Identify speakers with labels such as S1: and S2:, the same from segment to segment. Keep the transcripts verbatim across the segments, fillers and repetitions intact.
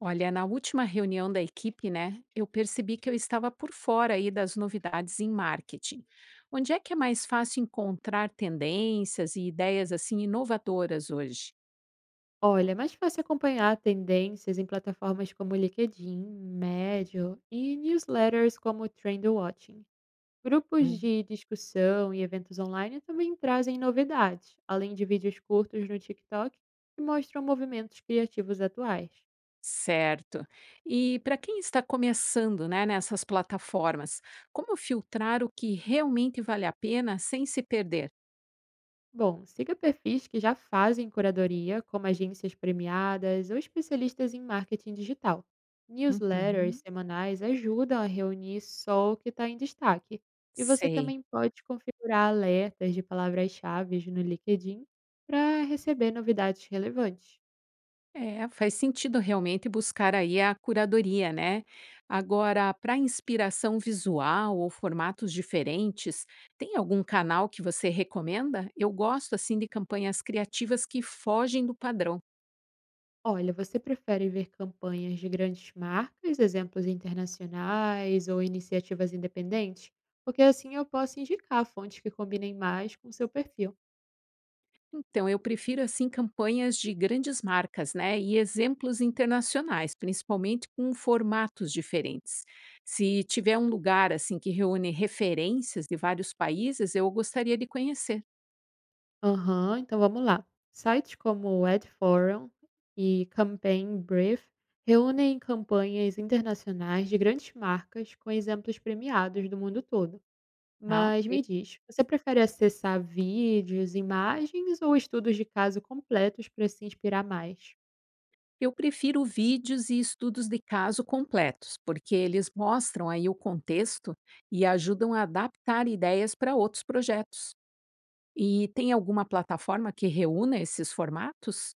S1: Olha, na última reunião da equipe, né, eu percebi que eu estava por fora aí das novidades em marketing. Onde é que é mais fácil encontrar tendências e ideias assim inovadoras hoje?
S2: Olha, é mais fácil acompanhar tendências em plataformas como LinkedIn, Medium e newsletters como Trend Watching. Grupos
S1: Hum.
S2: de discussão e eventos online também trazem novidades, além de vídeos curtos no TikTok que mostram movimentos criativos atuais.
S1: Certo. E para quem está começando, né, nessas plataformas, como filtrar o que realmente vale a pena sem se perder?
S2: Bom, siga perfis que já fazem curadoria, como agências premiadas ou especialistas em marketing digital. Newsletters
S1: Uhum.
S2: semanais ajudam a reunir só o que está em destaque. E você
S1: Sei.
S2: também pode configurar alertas de palavras-chave no LinkedIn para receber novidades relevantes.
S1: É, faz sentido realmente buscar aí a curadoria, né? Agora, para inspiração visual ou formatos diferentes, tem algum canal que você recomenda? Eu gosto assim de campanhas criativas que fogem do padrão.
S2: Olha, você prefere ver campanhas de grandes marcas, exemplos internacionais ou iniciativas independentes? Porque assim eu posso indicar fontes que combinem mais com seu perfil.
S1: Então, eu prefiro assim campanhas de grandes marcas, né? E exemplos internacionais, principalmente com formatos diferentes. Se tiver um lugar assim que reúne referências de vários países, eu gostaria de conhecer.
S2: Aham, então vamos lá. Sites como o AdForum e Campaign Brief reúnem campanhas internacionais de grandes marcas com exemplos premiados do mundo todo.
S1: Ah,
S2: Mas
S1: ok.
S2: me diz, você prefere acessar vídeos, imagens ou estudos de caso completos para se inspirar mais?
S1: Eu prefiro vídeos e estudos de caso completos, porque eles mostram aí o contexto e ajudam a adaptar ideias para outros projetos. E tem alguma plataforma que reúna esses formatos?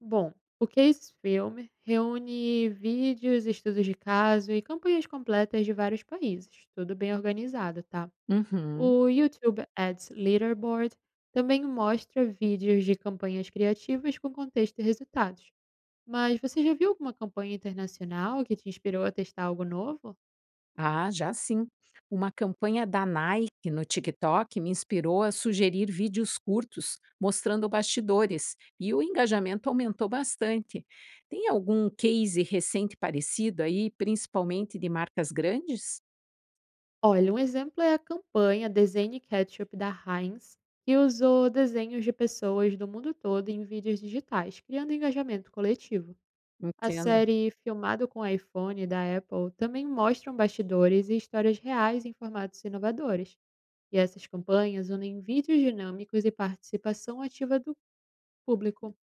S2: Bom, o Case Film reúne vídeos, estudos de caso e campanhas completas de vários países, tudo bem organizado, tá?
S1: Uhum.
S2: O YouTube Ads Leaderboard também mostra vídeos de campanhas criativas com contexto e resultados. Mas você já viu alguma campanha internacional que te inspirou a testar algo novo?
S1: Ah, já sim. Uma campanha da Nike no TikTok me inspirou a sugerir vídeos curtos mostrando bastidores e o engajamento aumentou bastante. Tem algum case recente parecido aí, principalmente de marcas grandes?
S2: Olha, um exemplo é a campanha Desenhe Ketchup da Heinz, que usou desenhos de pessoas do mundo todo em vídeos digitais, criando engajamento coletivo. A
S1: Entendo.
S2: série Filmado com iPhone da Apple também mostra bastidores e histórias reais em formatos inovadores. E essas campanhas unem vídeos dinâmicos e participação ativa do público.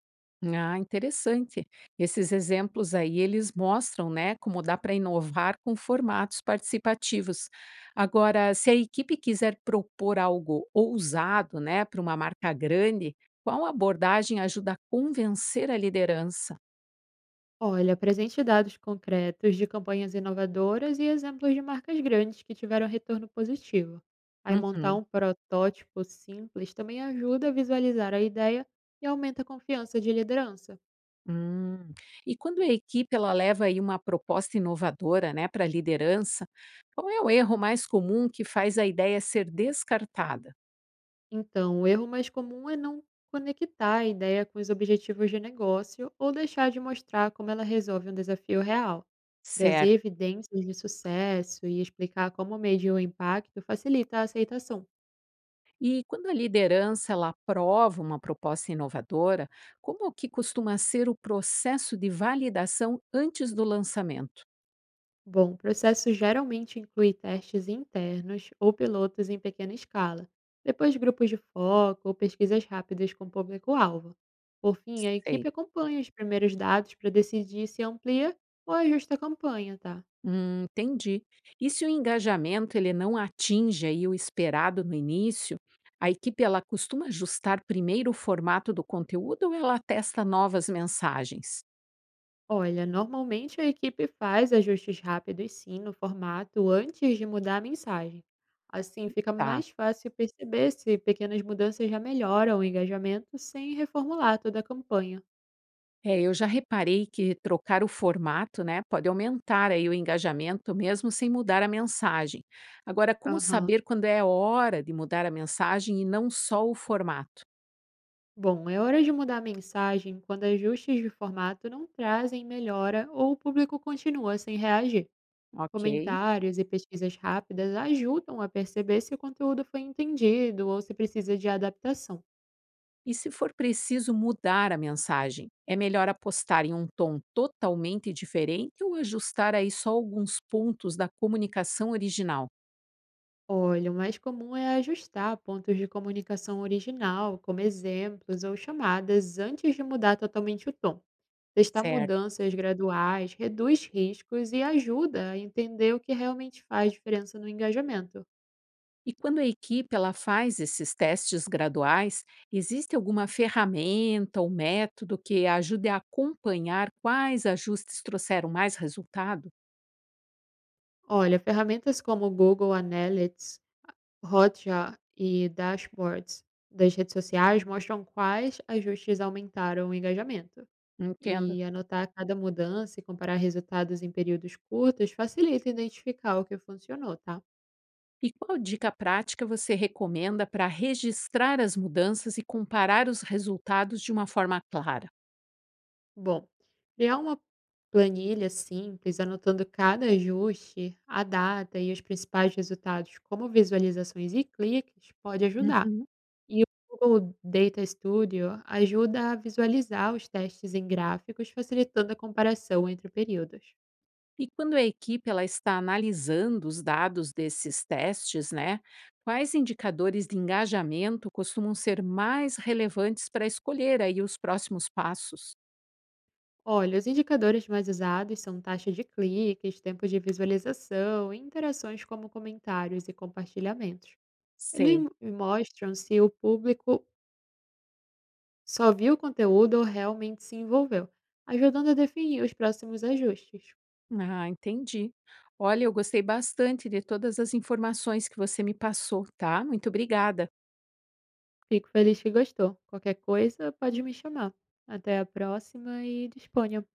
S1: Ah, interessante. Esses exemplos aí, eles mostram, né, como dá para inovar com formatos participativos. Agora, se a equipe quiser propor algo ousado, né, para uma marca grande, qual abordagem ajuda a convencer a liderança?
S2: Olha, apresente dados concretos de campanhas inovadoras e exemplos de marcas grandes que tiveram retorno positivo. Aí montar
S1: Uhum.
S2: um protótipo simples também ajuda a visualizar a ideia e aumenta a confiança de liderança.
S1: Hum. E quando a equipe ela leva aí uma proposta inovadora, né, para a liderança, qual é o erro mais comum que faz a ideia ser descartada?
S2: Então, o erro mais comum é não conectar a ideia com os objetivos de negócio ou deixar de mostrar como ela resolve um desafio real. Trazer
S1: Certo.
S2: evidências de sucesso e explicar como medir o impacto facilita a aceitação.
S1: E quando a liderança ela aprova uma proposta inovadora, como que costuma ser o processo de validação antes do lançamento?
S2: Bom, o processo geralmente inclui testes internos ou pilotos em pequena escala, depois grupos de foco ou pesquisas rápidas com público-alvo. Por fim, a equipe
S1: Sei.
S2: acompanha os primeiros dados para decidir se amplia ou ajusta a campanha, tá?
S1: Hum, entendi. E se o engajamento ele não atinge aí o esperado no início, a equipe ela costuma ajustar primeiro o formato do conteúdo ou ela testa novas mensagens?
S2: Olha, normalmente a equipe faz ajustes rápidos sim no formato antes de mudar a mensagem. Assim fica
S1: Tá.
S2: mais fácil perceber se pequenas mudanças já melhoram o engajamento sem reformular toda a campanha.
S1: É, eu já reparei que trocar o formato, né, pode aumentar aí o engajamento mesmo sem mudar a mensagem. Agora, como
S2: Aham.
S1: saber quando é hora de mudar a mensagem e não só o formato?
S2: Bom, é hora de mudar a mensagem quando ajustes de formato não trazem melhora ou o público continua sem reagir.
S1: Ok.
S2: Comentários e pesquisas rápidas ajudam a perceber se o conteúdo foi entendido ou se precisa de adaptação.
S1: E se for preciso mudar a mensagem, é melhor apostar em um tom totalmente diferente ou ajustar aí só alguns pontos da comunicação original?
S2: Olha, o mais comum é ajustar pontos de comunicação original, como exemplos ou chamadas, antes de mudar totalmente o tom. Testar
S1: Certo.
S2: mudanças graduais reduz riscos e ajuda a entender o que realmente faz diferença no engajamento.
S1: E quando a equipe ela faz esses testes graduais, existe alguma ferramenta ou método que ajude a acompanhar quais ajustes trouxeram mais resultado?
S2: Olha, ferramentas como o Google Analytics, Hotjar e dashboards das redes sociais mostram quais ajustes aumentaram o engajamento.
S1: Entenda.
S2: E anotar cada mudança e comparar resultados em períodos curtos facilita identificar o que funcionou, tá?
S1: E qual dica prática você recomenda para registrar as mudanças e comparar os resultados de uma forma clara?
S2: Bom, criar uma planilha simples, anotando cada ajuste, a data e os principais resultados, como visualizações e cliques, pode ajudar.
S1: Uhum.
S2: E o Google Data Studio ajuda a visualizar os testes em gráficos, facilitando a comparação entre períodos.
S1: E quando a equipe ela está analisando os dados desses testes, né, quais indicadores de engajamento costumam ser mais relevantes para escolher aí os próximos passos?
S2: Olha, os indicadores mais usados são taxa de cliques, tempo de visualização, e interações como comentários e compartilhamentos. Eles
S1: Sei.
S2: mostram se o público só viu o conteúdo ou realmente se envolveu, ajudando a definir os próximos ajustes.
S1: Ah, entendi. Olha, eu gostei bastante de todas as informações que você me passou, tá? Muito obrigada.
S2: Fico feliz que gostou. Qualquer coisa, pode me chamar. Até a próxima e disponha.